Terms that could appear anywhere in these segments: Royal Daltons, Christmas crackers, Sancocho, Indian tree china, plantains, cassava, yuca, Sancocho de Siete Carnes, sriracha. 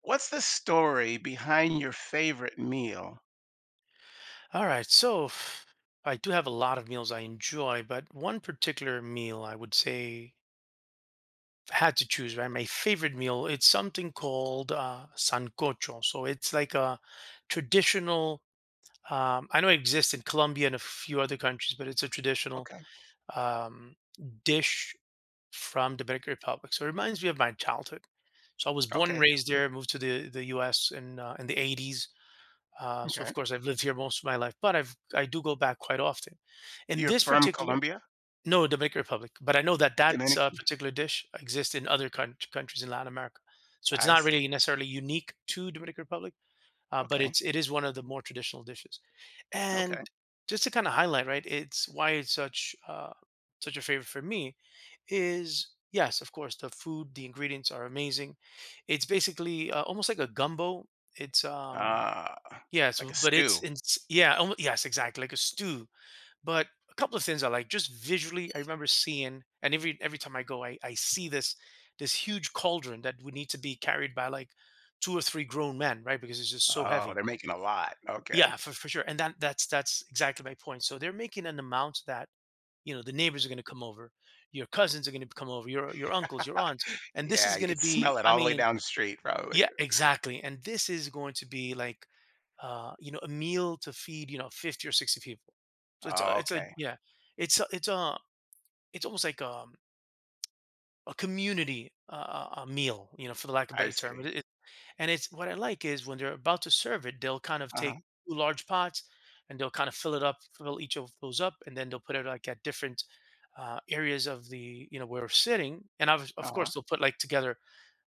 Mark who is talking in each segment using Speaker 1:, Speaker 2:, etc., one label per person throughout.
Speaker 1: What's the story behind your favorite meal?
Speaker 2: All right, I do have a lot of meals I enjoy, but one particular meal I would say if I had to choose, right? My favorite meal, it's something called sancocho. So it's like a traditional, I know it exists in Colombia and a few other countries, but it's a traditional
Speaker 1: Okay,
Speaker 2: um, dish from Dominican Republic. So it reminds me of my childhood. So I was born and
Speaker 1: okay,
Speaker 2: raised there, moved to the US in the 80s, so
Speaker 1: okay.
Speaker 2: of course I've lived here most of my life, but I do go back quite often. In
Speaker 1: You're
Speaker 2: this
Speaker 1: from
Speaker 2: particular,
Speaker 1: Colombia?
Speaker 2: no, Dominican Republic, but I know that
Speaker 1: Dominican.
Speaker 2: particular dish exists in other countries in Latin America, so it's
Speaker 1: I
Speaker 2: not
Speaker 1: see.
Speaker 2: really necessarily unique to Dominican Republic, but
Speaker 1: Okay,
Speaker 2: it is one of the more traditional dishes. And
Speaker 1: okay.
Speaker 2: just to kind of highlight, right, it's why it's such such a favorite for me is yes, of course, the food, the ingredients are amazing. It's basically almost like a gumbo. It's
Speaker 1: Ah,
Speaker 2: yes,
Speaker 1: like a
Speaker 2: but it's
Speaker 1: stew.
Speaker 2: in yeah, yes, exactly, like a stew. But a couple of things I like just visually. I remember seeing, and every time I go, I see this huge cauldron that would need to be carried by like two or three grown men, right? Because it's just so
Speaker 1: Oh,
Speaker 2: heavy.
Speaker 1: they're making a lot. Okay.
Speaker 2: Yeah, for sure. And that's exactly my point. So they're making an amount that you know the neighbors are going to come over, your cousins are going to come over, your uncles, your aunts, and this
Speaker 1: Yeah,
Speaker 2: is
Speaker 1: you
Speaker 2: going
Speaker 1: can
Speaker 2: to be.
Speaker 1: smell it
Speaker 2: I
Speaker 1: all the way
Speaker 2: mean,
Speaker 1: down the street, probably.
Speaker 2: yeah, exactly. And this is going to be like, you know, a meal to feed, you know, 50 or 60 people. So it's a,
Speaker 1: Oh,
Speaker 2: it's a
Speaker 1: okay.
Speaker 2: yeah, it's a, it's a, it's almost like a community a meal, you know, for the lack of a
Speaker 1: I
Speaker 2: better term.
Speaker 1: see.
Speaker 2: And it's what I like is when they're about to serve it, they'll kind of
Speaker 1: Uh-huh.
Speaker 2: take two large pots and they'll kind of fill it up, fill each of those up, and then they'll put it like at different areas of the, you know, where we're sitting. And of
Speaker 1: Uh-huh.
Speaker 2: course, they'll put like together,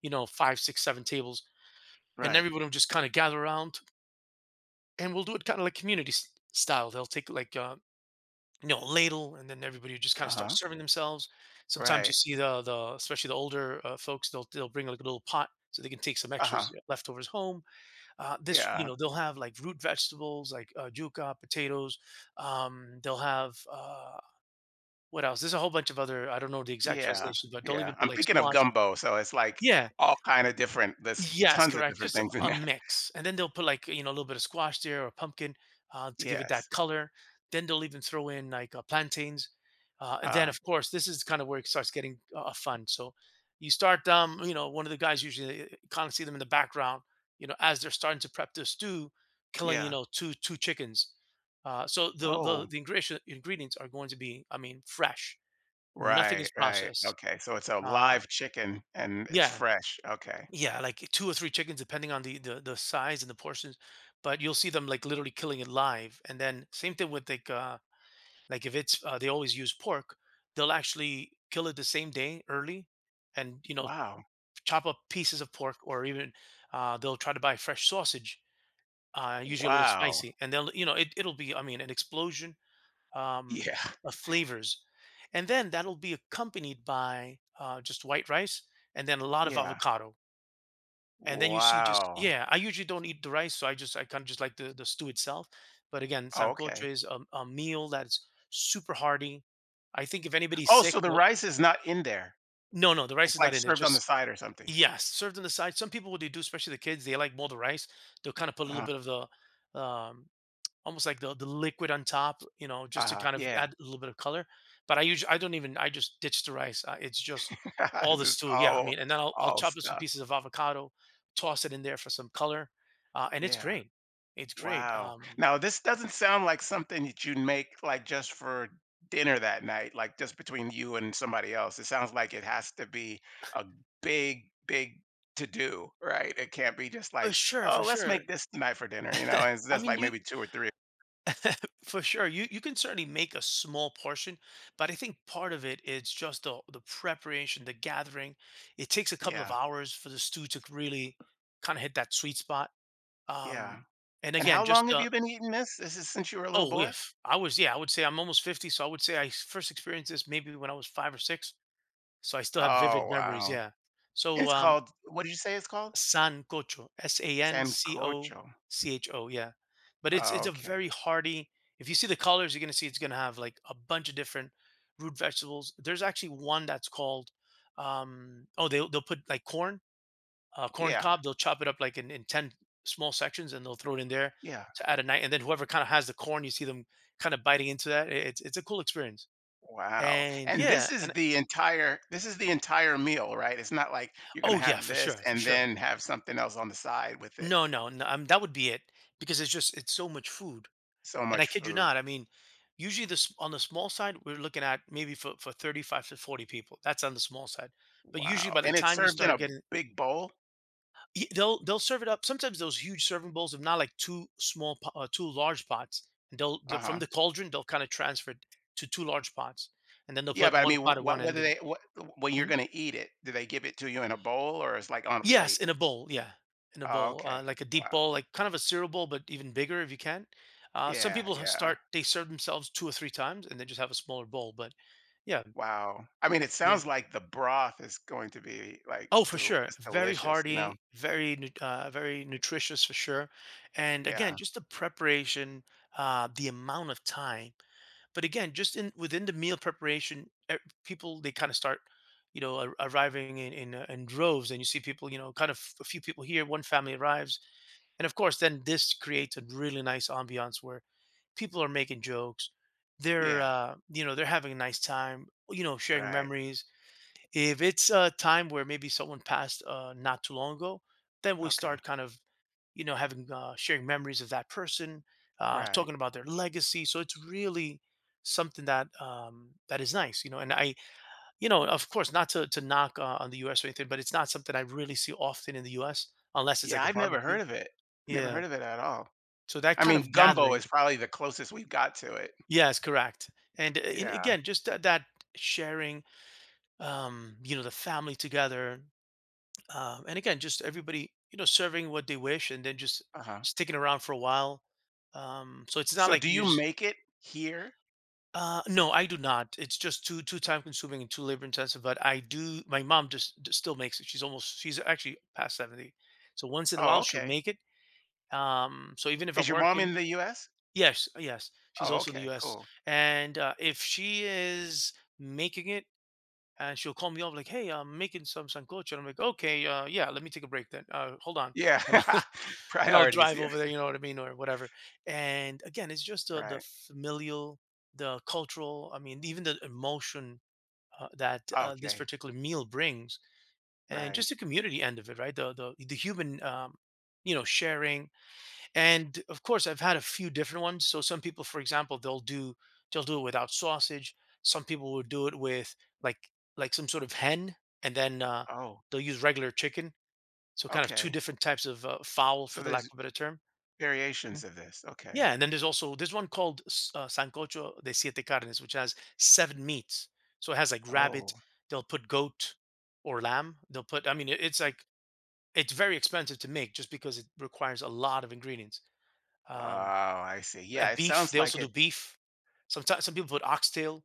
Speaker 2: you know, five, six, seven tables and
Speaker 1: Right.
Speaker 2: everybody will just kind of gather around and we'll do it kind of like community style. They'll take like you know a ladle and then everybody will just kind of start
Speaker 1: Uh-huh.
Speaker 2: serving themselves. Sometimes you
Speaker 1: Right.
Speaker 2: see the especially the older folks, they'll bring like a little pot so they can take some extras,
Speaker 1: Uh-huh.
Speaker 2: yeah, leftovers home. This, you
Speaker 1: Yeah.
Speaker 2: know, they'll have like root vegetables like yuca, potatoes, they'll have what else? There's a whole bunch of other. I don't know the exact
Speaker 1: Yeah.
Speaker 2: translation, but they'll
Speaker 1: Yeah.
Speaker 2: even put
Speaker 1: I'm
Speaker 2: like
Speaker 1: thinking of
Speaker 2: squash.
Speaker 1: gumbo, so it's like
Speaker 2: Yeah,
Speaker 1: all kind of different. There's
Speaker 2: yes,
Speaker 1: tons of
Speaker 2: correct.
Speaker 1: different
Speaker 2: Just
Speaker 1: things in
Speaker 2: a
Speaker 1: there.
Speaker 2: mix, and then they'll put like you know a little bit of squash there or pumpkin, to give it
Speaker 1: Yes.
Speaker 2: that color. Then they'll even throw in like plantains, and then
Speaker 1: Uh,
Speaker 2: of course this is kind of where it starts getting fun. So you start, you know, one of the guys usually kind of see them in the background, you know, as they're starting to prep their stew, killing you
Speaker 1: yeah.
Speaker 2: know two chickens. So
Speaker 1: Oh,
Speaker 2: ingredients are going to be, I mean, fresh. Nothing
Speaker 1: right,
Speaker 2: is
Speaker 1: right.
Speaker 2: processed.
Speaker 1: Okay, so it's a
Speaker 2: Uh,
Speaker 1: live chicken and it's
Speaker 2: yeah,
Speaker 1: fresh. Okay.
Speaker 2: yeah, like two or three chickens, depending on the size and the portions. But you'll see them like literally killing it live. And then same thing with like if it's they always use pork, they'll actually kill it the same day early, and you know
Speaker 1: Wow.
Speaker 2: chop up pieces of pork or even they'll try to buy fresh sausage, usually a little
Speaker 1: Wow.
Speaker 2: spicy, and they'll you know it'll be I mean an explosion um
Speaker 1: Yeah.
Speaker 2: of flavors, and then that'll be accompanied by just white rice and then a lot of
Speaker 1: Yeah.
Speaker 2: avocado, and then you see just
Speaker 1: Wow.
Speaker 2: yeah, I usually don't eat the rice so I just I kind of just like the stew itself. But again
Speaker 1: Oh,
Speaker 2: sancocho
Speaker 1: okay.
Speaker 2: is a meal that's super hearty. I think if anybody's
Speaker 1: Oh,
Speaker 2: sick,
Speaker 1: so the
Speaker 2: no,
Speaker 1: rice is not in there.
Speaker 2: no, no, the
Speaker 1: It's
Speaker 2: rice is
Speaker 1: like
Speaker 2: not in there,
Speaker 1: served on the
Speaker 2: just
Speaker 1: side or something.
Speaker 2: yes served on the side. Some people what they do especially the kids they like more the rice, they'll kind of put a little
Speaker 1: Uh-huh.
Speaker 2: bit of the almost like the liquid on top, you know, just to
Speaker 1: Uh-huh.
Speaker 2: kind of
Speaker 1: Yeah.
Speaker 2: add a little bit of color. But I usually I don't even, I just ditch the rice. It's just all
Speaker 1: It's
Speaker 2: the
Speaker 1: just
Speaker 2: stew. Yeah, I mean, and then I'll
Speaker 1: all
Speaker 2: chop up some
Speaker 1: stuff.
Speaker 2: pieces of avocado, toss it in there for some color, and it's
Speaker 1: Yeah.
Speaker 2: great. It's great.
Speaker 1: Wow. Now, this doesn't sound like something that you'd make like just for dinner that night, like just between you and somebody else. It sounds like it has to be a big, big to do, right? It can't be just
Speaker 2: For
Speaker 1: like,
Speaker 2: sure, for
Speaker 1: oh, let's
Speaker 2: sure.
Speaker 1: make this tonight for dinner, you know? And it's
Speaker 2: I
Speaker 1: just
Speaker 2: mean,
Speaker 1: like
Speaker 2: you
Speaker 1: maybe two or three.
Speaker 2: for sure you can certainly make a small portion, but I think part of it is just the preparation, the gathering. It takes a couple of
Speaker 1: Yeah.
Speaker 2: hours for the stew to really kind of hit that sweet spot.
Speaker 1: Yeah.
Speaker 2: Um, and
Speaker 1: And how
Speaker 2: again,
Speaker 1: long
Speaker 2: just
Speaker 1: have you been eating this? This is since you were a little
Speaker 2: oh,
Speaker 1: boy?
Speaker 2: if I was, yeah, I would say I'm almost 50, so I would say first experienced this maybe when I was five or six, so I still have
Speaker 1: Oh,
Speaker 2: vivid memories.
Speaker 1: wow.
Speaker 2: Yeah.
Speaker 1: And
Speaker 2: So
Speaker 1: it's called, what did you say it's called?
Speaker 2: sancocho,
Speaker 1: Sancocho.
Speaker 2: Sancocho, yeah. But
Speaker 1: Oh,
Speaker 2: it's a
Speaker 1: okay.
Speaker 2: very hearty. If you see the colors, you're gonna see it's gonna have like a bunch of different root vegetables. There's actually one that's called oh, they'll put like corn. Corn
Speaker 1: Yeah.
Speaker 2: cob. They'll chop it up like in 10 small sections and they'll throw it in there
Speaker 1: Yeah.
Speaker 2: to add a night. And then whoever kind of has the corn, you see them kind of biting into that. It's a cool experience.
Speaker 1: Wow,
Speaker 2: And
Speaker 1: and
Speaker 2: yeah. And
Speaker 1: this is the entire meal, right? It's not like you're gonna
Speaker 2: oh, yeah,
Speaker 1: have
Speaker 2: for
Speaker 1: this
Speaker 2: sure. For
Speaker 1: and
Speaker 2: sure.
Speaker 1: then have something else on the side with it.
Speaker 2: No, no, no. That would be it because it's just, it's so much food.
Speaker 1: So
Speaker 2: And I
Speaker 1: much
Speaker 2: kid you
Speaker 1: food.
Speaker 2: not. I mean, usually this on the small side, we're looking at maybe for 35 to 40 people. That's on the small side. But usually
Speaker 1: Wow,
Speaker 2: by the
Speaker 1: and it's
Speaker 2: time you
Speaker 1: served in a
Speaker 2: start getting,
Speaker 1: big bowl?
Speaker 2: They'll serve it up. Sometimes those huge serving bowls, of not like two large pots, and from
Speaker 1: Uh-huh.
Speaker 2: the cauldron they'll kind of transfer it to two large pots, and then they'll
Speaker 1: Yeah,
Speaker 2: put
Speaker 1: but I
Speaker 2: one
Speaker 1: mean,
Speaker 2: pot
Speaker 1: wh
Speaker 2: at
Speaker 1: what
Speaker 2: one end.
Speaker 1: whether
Speaker 2: And
Speaker 1: they what when you're
Speaker 2: mhm,
Speaker 1: gonna eat it, do they give it to you in a bowl or it's like on a
Speaker 2: yes,
Speaker 1: plate?
Speaker 2: in a bowl, yeah, in a
Speaker 1: Oh,
Speaker 2: bowl,
Speaker 1: okay.
Speaker 2: like a deep bowl,
Speaker 1: Wow.
Speaker 2: like kind of a cereal bowl, but even bigger if you can. Some
Speaker 1: Yeah,
Speaker 2: people ha-
Speaker 1: yeah.
Speaker 2: start they serve themselves two or three times, and then just have a smaller bowl. But yeah,
Speaker 1: Wow. I mean, it
Speaker 2: yeah.
Speaker 1: sounds like the broth is going to be, like,
Speaker 2: Oh, for
Speaker 1: del
Speaker 2: sure.
Speaker 1: just
Speaker 2: Very
Speaker 1: delicious, you know?
Speaker 2: hearty, very very nutritious for sure. And again,
Speaker 1: Yeah.
Speaker 2: just the preparation, the amount of time. But again, just in within the meal preparation, people they kind of start, you know, arriving in in droves, and you see people, you know, kind of a few people here, one family arrives, and of course, then this creates a really nice ambiance where people are making jokes, they're
Speaker 1: Yeah.
Speaker 2: you know they're having a nice time, you know, sharing
Speaker 1: Right.
Speaker 2: memories, if it's a time where maybe someone passed not too long ago, then we
Speaker 1: Okay.
Speaker 2: start kind of you know having sharing memories of that person,
Speaker 1: Right.
Speaker 2: talking about their legacy. So it's really something that that is nice, you know. And I, you know, of course, not to knock on the U.S. or anything, but it's not something I really see often in the U.S. unless it's
Speaker 1: Yeah,
Speaker 2: like a
Speaker 1: I've never
Speaker 2: barbecue.
Speaker 1: heard of it. Never
Speaker 2: Yeah.
Speaker 1: heard of it at all.
Speaker 2: So that
Speaker 1: I
Speaker 2: kind
Speaker 1: mean,
Speaker 2: of
Speaker 1: gumbo
Speaker 2: gathering.
Speaker 1: is probably the closest we've got to it.
Speaker 2: Yes, correct. And
Speaker 1: Yeah,
Speaker 2: again, just that sharing, you know, the family together, and again, just everybody, you know, serving what they wish, and then just
Speaker 1: uh-huh.
Speaker 2: sticking around for a while. So it's not
Speaker 1: So
Speaker 2: like
Speaker 1: do you
Speaker 2: you're. Just,
Speaker 1: make it here?
Speaker 2: no, I do not. It's just too time consuming and too labor intensive. But I do. My mom just still makes it. She's almost. She's actually past 70. So once in a
Speaker 1: Oh,
Speaker 2: while, she'll
Speaker 1: okay.
Speaker 2: make it. So even if I'm
Speaker 1: Is your mom
Speaker 2: working,
Speaker 1: in the US?
Speaker 2: yes, yes, she's
Speaker 1: Oh,
Speaker 2: also the
Speaker 1: okay,
Speaker 2: U.S.
Speaker 1: cool.
Speaker 2: And if she is making it, and she'll call me up like, "Hey, I'm making some sancocho," and I'm like, "Okay, yeah, let me take a break then. Hold on."
Speaker 1: Yeah.
Speaker 2: and and I'll
Speaker 1: Priorities,
Speaker 2: drive
Speaker 1: yeah.
Speaker 2: over there, you know what I mean, or whatever. And again, it's just the
Speaker 1: Right.
Speaker 2: familial, the cultural, I mean, even the emotion that this
Speaker 1: Okay,
Speaker 2: particular meal brings, and
Speaker 1: right.
Speaker 2: just the community end of it, right? The human, sharing. And of course, I've had a few different ones. So some people, for example, they'll do it without sausage. Some people will do it with like like some sort of hen, and then
Speaker 1: Oh,
Speaker 2: they'll use regular chicken. So kind of two
Speaker 1: okay.
Speaker 2: different types of fowl, for
Speaker 1: So
Speaker 2: the lack
Speaker 1: there's
Speaker 2: of a better term.
Speaker 1: variations of this. Okay.
Speaker 2: Yeah, and then there's one called Sancocho de Siete Carnes, which has seven meats. So it has like rabbit.
Speaker 1: Oh.
Speaker 2: They'll put goat or lamb. They'll put. I mean, it's like it's very expensive to make just because it requires a lot of ingredients.
Speaker 1: Oh,
Speaker 2: Um,
Speaker 1: I see. Yeah, it
Speaker 2: Beef.
Speaker 1: sounds
Speaker 2: They also
Speaker 1: like
Speaker 2: do
Speaker 1: it.
Speaker 2: beef. Sometimes some people put oxtail.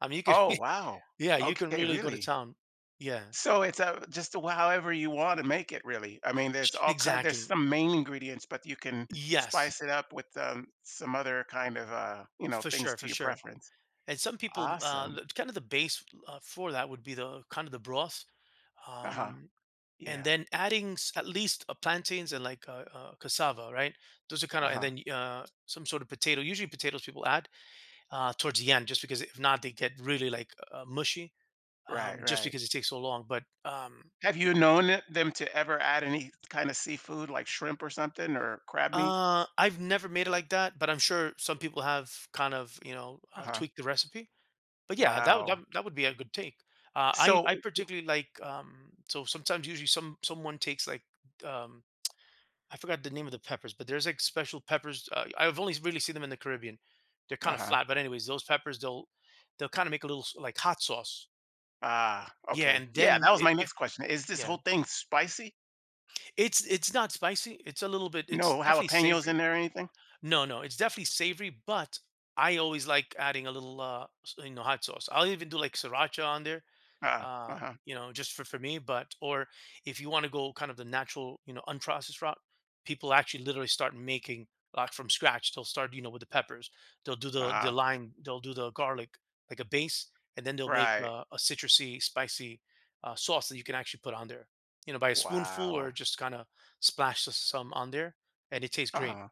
Speaker 2: I mean, you could.
Speaker 1: Oh, wow.
Speaker 2: Yeah, you can
Speaker 1: Okay,
Speaker 2: really go to
Speaker 1: really?
Speaker 2: town. Yeah,
Speaker 1: So it's a just however you want to make it really. I mean, there's all kind there's
Speaker 2: exactly.
Speaker 1: some main ingredients, but you can
Speaker 2: Yes,
Speaker 1: spice it up with some other kind of you know,
Speaker 2: for
Speaker 1: things
Speaker 2: sure,
Speaker 1: to
Speaker 2: for
Speaker 1: your
Speaker 2: sure.
Speaker 1: preference.
Speaker 2: And some people,
Speaker 1: Awesome.
Speaker 2: kind of the base for that would be the kind of the broth.
Speaker 1: Uh-huh.
Speaker 2: Um, and
Speaker 1: Yeah.
Speaker 2: then adding at least plantains and like cassava, right? Those are kind of, and
Speaker 1: Uh-huh.
Speaker 2: then some sort of potato. Usually, potatoes people add towards the end, just because if not, they get really like mushy,
Speaker 1: Right,
Speaker 2: just
Speaker 1: right.
Speaker 2: because it takes so long. But um,
Speaker 1: Have you known them to ever add any kind of seafood like shrimp or something or crab meat?
Speaker 2: uh, I've never made it like that, but I'm sure some people have kind of, you know,
Speaker 1: Uh-huh.
Speaker 2: tweaked the recipe. But yeah, that would- that,
Speaker 1: Wow.
Speaker 2: that would be a good take. Uh, I
Speaker 1: So,
Speaker 2: I particularly like, so sometimes usually someone takes like um, I forgot the name of the peppers, but there's like special peppers. I've only really seen them in the Caribbean. They're kind of
Speaker 1: uh-huh.
Speaker 2: flat, but anyways, those peppers they'll kind of make a little like hot sauce.
Speaker 1: Ah,
Speaker 2: Yeah,
Speaker 1: okay.
Speaker 2: and
Speaker 1: Yeah,
Speaker 2: then
Speaker 1: that was
Speaker 2: I-
Speaker 1: my
Speaker 2: if
Speaker 1: next question. Is this
Speaker 2: yeah,
Speaker 1: whole thing spicy?
Speaker 2: it's not spicy. It's a little bit. It's
Speaker 1: No
Speaker 2: definitely
Speaker 1: jalapenos in
Speaker 2: savory.
Speaker 1: there or anything?
Speaker 2: No, no, it's definitely savory, but I always like adding a little you know, hot sauce. I'll even do like sriracha on there.
Speaker 1: Ah.
Speaker 2: uh,
Speaker 1: Uh-huh.
Speaker 2: you know, just for me. But, or if you want to go kind of the natural, you know, unprocessed route, people actually literally start making like from scratch. They'll start, you know, with the peppers, they'll do the
Speaker 1: Ah.
Speaker 2: lime, they'll do the garlic, like a base, and then they'll make
Speaker 1: Right.
Speaker 2: a citrusy, spicy sauce that you can actually put on there, you know, by a spoonful
Speaker 1: Wow.
Speaker 2: or just kind of splash some on there. And it tastes great.
Speaker 1: Uh-huh.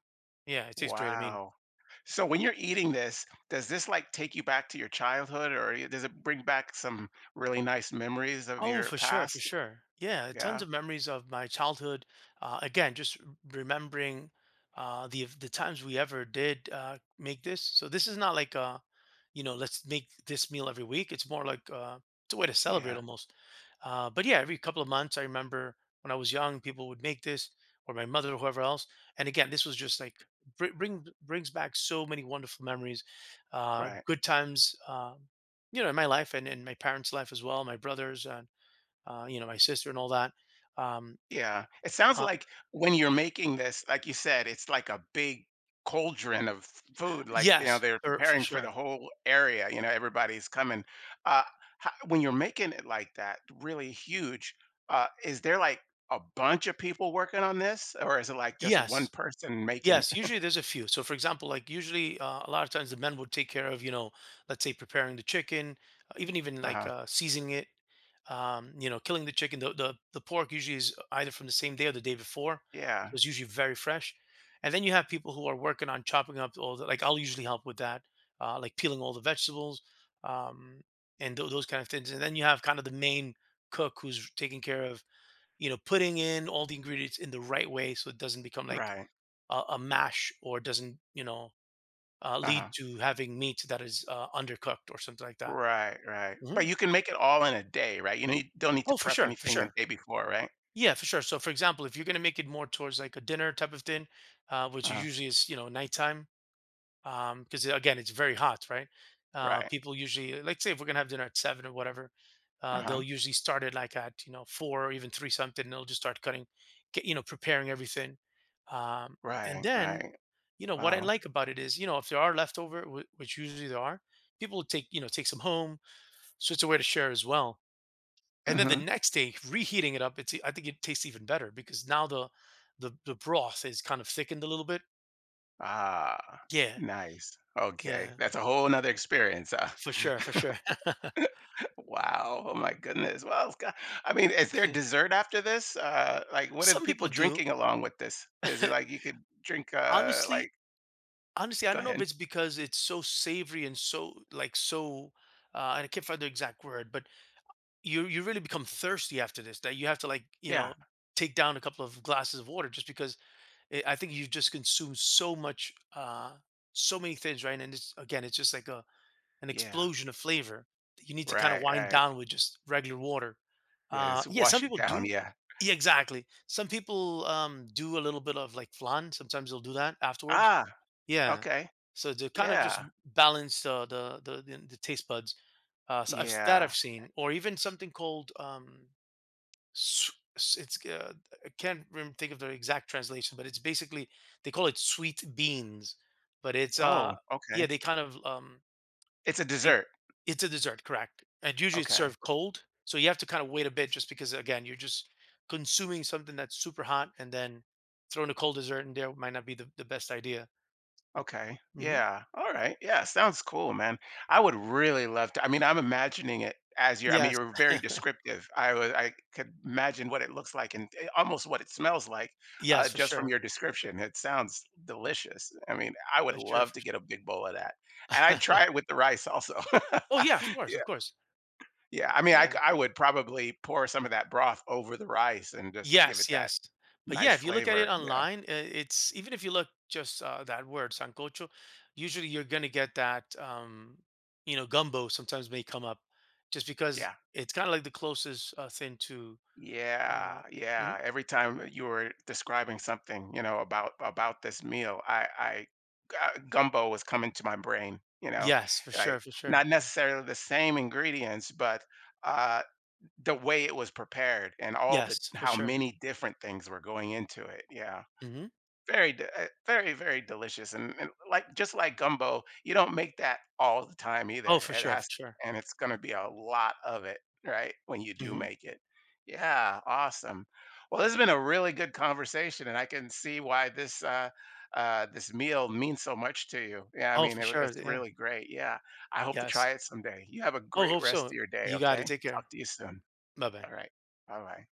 Speaker 2: Yeah, it tastes great. I mean,
Speaker 1: Wow. So when you're eating this, does this like take you back to your childhood or does it bring back some really nice memories of
Speaker 2: oh,
Speaker 1: your
Speaker 2: for sure, for
Speaker 1: past?
Speaker 2: sure. Yeah, tons
Speaker 1: Yeah.
Speaker 2: of memories of my childhood. Again, remembering the times we ever did make this. So this is not like you know, let's make this meal every week. It's more like it's a way to celebrate
Speaker 1: Yeah.
Speaker 2: almost. But yeah, every couple of months, I remember when I was young, people would make this, or my mother, or whoever else. And again, this was just like brings back so many wonderful memories,
Speaker 1: Right.
Speaker 2: good times. You know, in my life and in my parents' life as well, my brothers, and you know, my sister and all that. Um,
Speaker 1: Yeah. It sounds
Speaker 2: uh,
Speaker 1: like when you're making this, like you said, it's like a big cauldron of food. Like, you know,
Speaker 2: yes,
Speaker 1: they're
Speaker 2: for
Speaker 1: preparing for the
Speaker 2: sure.
Speaker 1: whole area. You know, everybody's coming. Uh, when you're making it like that, really huge, is there like a bunch of people working on this, or is it like just one
Speaker 2: Yes,
Speaker 1: person making
Speaker 2: yes,
Speaker 1: it?
Speaker 2: usually there's a few. So, for example, like usually a lot of times the men would take care of, you know, let's say preparing the chicken, even like
Speaker 1: Uh-huh.
Speaker 2: seasoning it, you know, killing the chicken. The pork usually is either from the same day or the day before, so
Speaker 1: Yeah.
Speaker 2: it's usually very fresh. And then you have people who are working on chopping up all the, like, I'll usually help with that, like peeling all the vegetables, um, and those kind of things. And then you have kind of the main cook who's taking care of, you know, putting in all the ingredients in the right way so it doesn't become like
Speaker 1: Right.
Speaker 2: a mash or doesn't, you know, lead
Speaker 1: Uh-huh.
Speaker 2: to having meat that is undercooked or something like that.
Speaker 1: Right. Right.
Speaker 2: Hmm.
Speaker 1: But you can make it all in a day, right? You know, you don't need to
Speaker 2: Oh, for
Speaker 1: prep
Speaker 2: sure, for
Speaker 1: anything the
Speaker 2: sure.
Speaker 1: day before, right?
Speaker 2: Yeah, for sure. So, for example, if you're going to make it more towards like a dinner type of thing, which
Speaker 1: Uh-huh.
Speaker 2: usually is, you know, nighttime, because again it's very hot, right?
Speaker 1: Right.
Speaker 2: People usually, like, say if we're going to have dinner at seven or whatever,
Speaker 1: Uh-huh.
Speaker 2: they'll usually start it like at, you know, four or even three something, and they'll just start cutting, get, you know, preparing everything, um, and
Speaker 1: Right.
Speaker 2: then,
Speaker 1: Right.
Speaker 2: you know, what I
Speaker 1: Wow.
Speaker 2: like about it is, you know, if there are leftover, which usually there are, people will take, you know, take some home, so it's a way to share as well. And then the
Speaker 1: Mhm.
Speaker 2: next day, reheating it up, it's e, I think it tastes even better because now the the broth is kind of thickened a little bit.
Speaker 1: Ah,
Speaker 2: Yeah,
Speaker 1: nice. Okay.
Speaker 2: yeah,
Speaker 1: That's a whole nother experience.
Speaker 2: for sure, for sure.
Speaker 1: Wow. Oh my goodness. I mean, is there dessert after this? Like, what are the
Speaker 2: Some
Speaker 1: people
Speaker 2: people do.
Speaker 1: drinking along with this? Is it like you could drink?
Speaker 2: Honestly, honestly, I
Speaker 1: Go
Speaker 2: don't know if
Speaker 1: ahead.
Speaker 2: it's because it's so savory and so like so. And I can't find the exact word, but you really become thirsty after this that you have to, like, you know,
Speaker 1: Yeah.
Speaker 2: take down a couple of glasses of water just because it, I think you just consume so much uh, so many things, right? And it's, again, it's just like a an
Speaker 1: Yeah.
Speaker 2: explosion of flavor that you need to kind of
Speaker 1: Right.
Speaker 2: wind
Speaker 1: Right.
Speaker 2: down with just regular water.
Speaker 1: Yeah.
Speaker 2: Uh,
Speaker 1: Just
Speaker 2: yeah, some
Speaker 1: wash it
Speaker 2: people
Speaker 1: down.
Speaker 2: do.
Speaker 1: Yeah.
Speaker 2: Yeah, exactly. Some people, um, do a little bit of like flan sometimes. They'll do that afterwards.
Speaker 1: Ah.
Speaker 2: Yeah.
Speaker 1: Okay.
Speaker 2: So to kind of just
Speaker 1: Yeah.
Speaker 2: balance the taste buds, that I've
Speaker 1: Yeah.
Speaker 2: seen, or even something called, s- it's I can't remember, think of the exact translation, but it's basically, they call it sweet beans, but it's
Speaker 1: Oh.
Speaker 2: yeah,
Speaker 1: Okay.
Speaker 2: they kind of, um,
Speaker 1: It's a
Speaker 2: take.
Speaker 1: dessert.
Speaker 2: It's a dessert, correct? And usually it's
Speaker 1: Okay.
Speaker 2: served cold, so you have to kind of wait a bit just because, again, you're just consuming something that's super hot and then throwing a cold dessert in there might not be the best idea.
Speaker 1: Okay.
Speaker 2: Hmm.
Speaker 1: Yeah. All right. Yeah. Sounds cool, man. I would really love to. I mean, I'm imagining it as you're. I mean, you
Speaker 2: Yes.
Speaker 1: are very descriptive. I was. I could imagine what it looks like and almost what it smells like,
Speaker 2: Yes, for
Speaker 1: just from your
Speaker 2: sure,
Speaker 1: description. It sounds delicious. I mean, I would
Speaker 2: for sure,
Speaker 1: love
Speaker 2: for
Speaker 1: to get a big bowl of that, and I'd
Speaker 2: sure.
Speaker 1: try it with the rice also.
Speaker 2: Oh, yeah,
Speaker 1: Yeah.
Speaker 2: of course,
Speaker 1: Yeah. I mean,
Speaker 2: yeah.
Speaker 1: I would probably pour some of that broth over the rice and just give it
Speaker 2: Yes,
Speaker 1: that
Speaker 2: yes. But yeah,
Speaker 1: nice
Speaker 2: if you look at it
Speaker 1: flavor. Yeah.
Speaker 2: online, it's, even if you look just that word sancocho, usually you're gonna get that. You know, gumbo sometimes may come up, just because
Speaker 1: Yeah.
Speaker 2: it's kind of like the closest thing to.
Speaker 1: Yeah,
Speaker 2: Uh, mhm.
Speaker 1: yeah. Every time you were describing something, you know, about this meal, I gumbo was coming to my brain, you know,
Speaker 2: Yes, for
Speaker 1: like
Speaker 2: sure, for sure.
Speaker 1: not necessarily the same ingredients, but uh the way it was prepared and all the
Speaker 2: Yes, for
Speaker 1: how
Speaker 2: sure.
Speaker 1: many different things were going into it. Yeah.
Speaker 2: Hmm.
Speaker 1: Very very, very delicious, and like just like gumbo, you don't make that all the time either.
Speaker 2: Oh, for
Speaker 1: It
Speaker 2: sure, for
Speaker 1: has
Speaker 2: sure.
Speaker 1: and it's gonna be a lot of it, right, when you do
Speaker 2: Hmm.
Speaker 1: make it. Yeah, awesome. Well, this has been a really good conversation, and I can see why this, this meal means so much to you. Yeah, I
Speaker 2: Oh,
Speaker 1: mean,
Speaker 2: for sure.
Speaker 1: it's
Speaker 2: Yeah.
Speaker 1: really great, yeah. I hope to
Speaker 2: Yes.
Speaker 1: try it someday. You have a
Speaker 2: Oh,
Speaker 1: great
Speaker 2: hope
Speaker 1: rest of
Speaker 2: so.
Speaker 1: your day,
Speaker 2: You got
Speaker 1: okay?
Speaker 2: it. Take
Speaker 1: Talk
Speaker 2: care.
Speaker 1: to you soon.
Speaker 2: Bye bye.
Speaker 1: Alright. Bye-bye.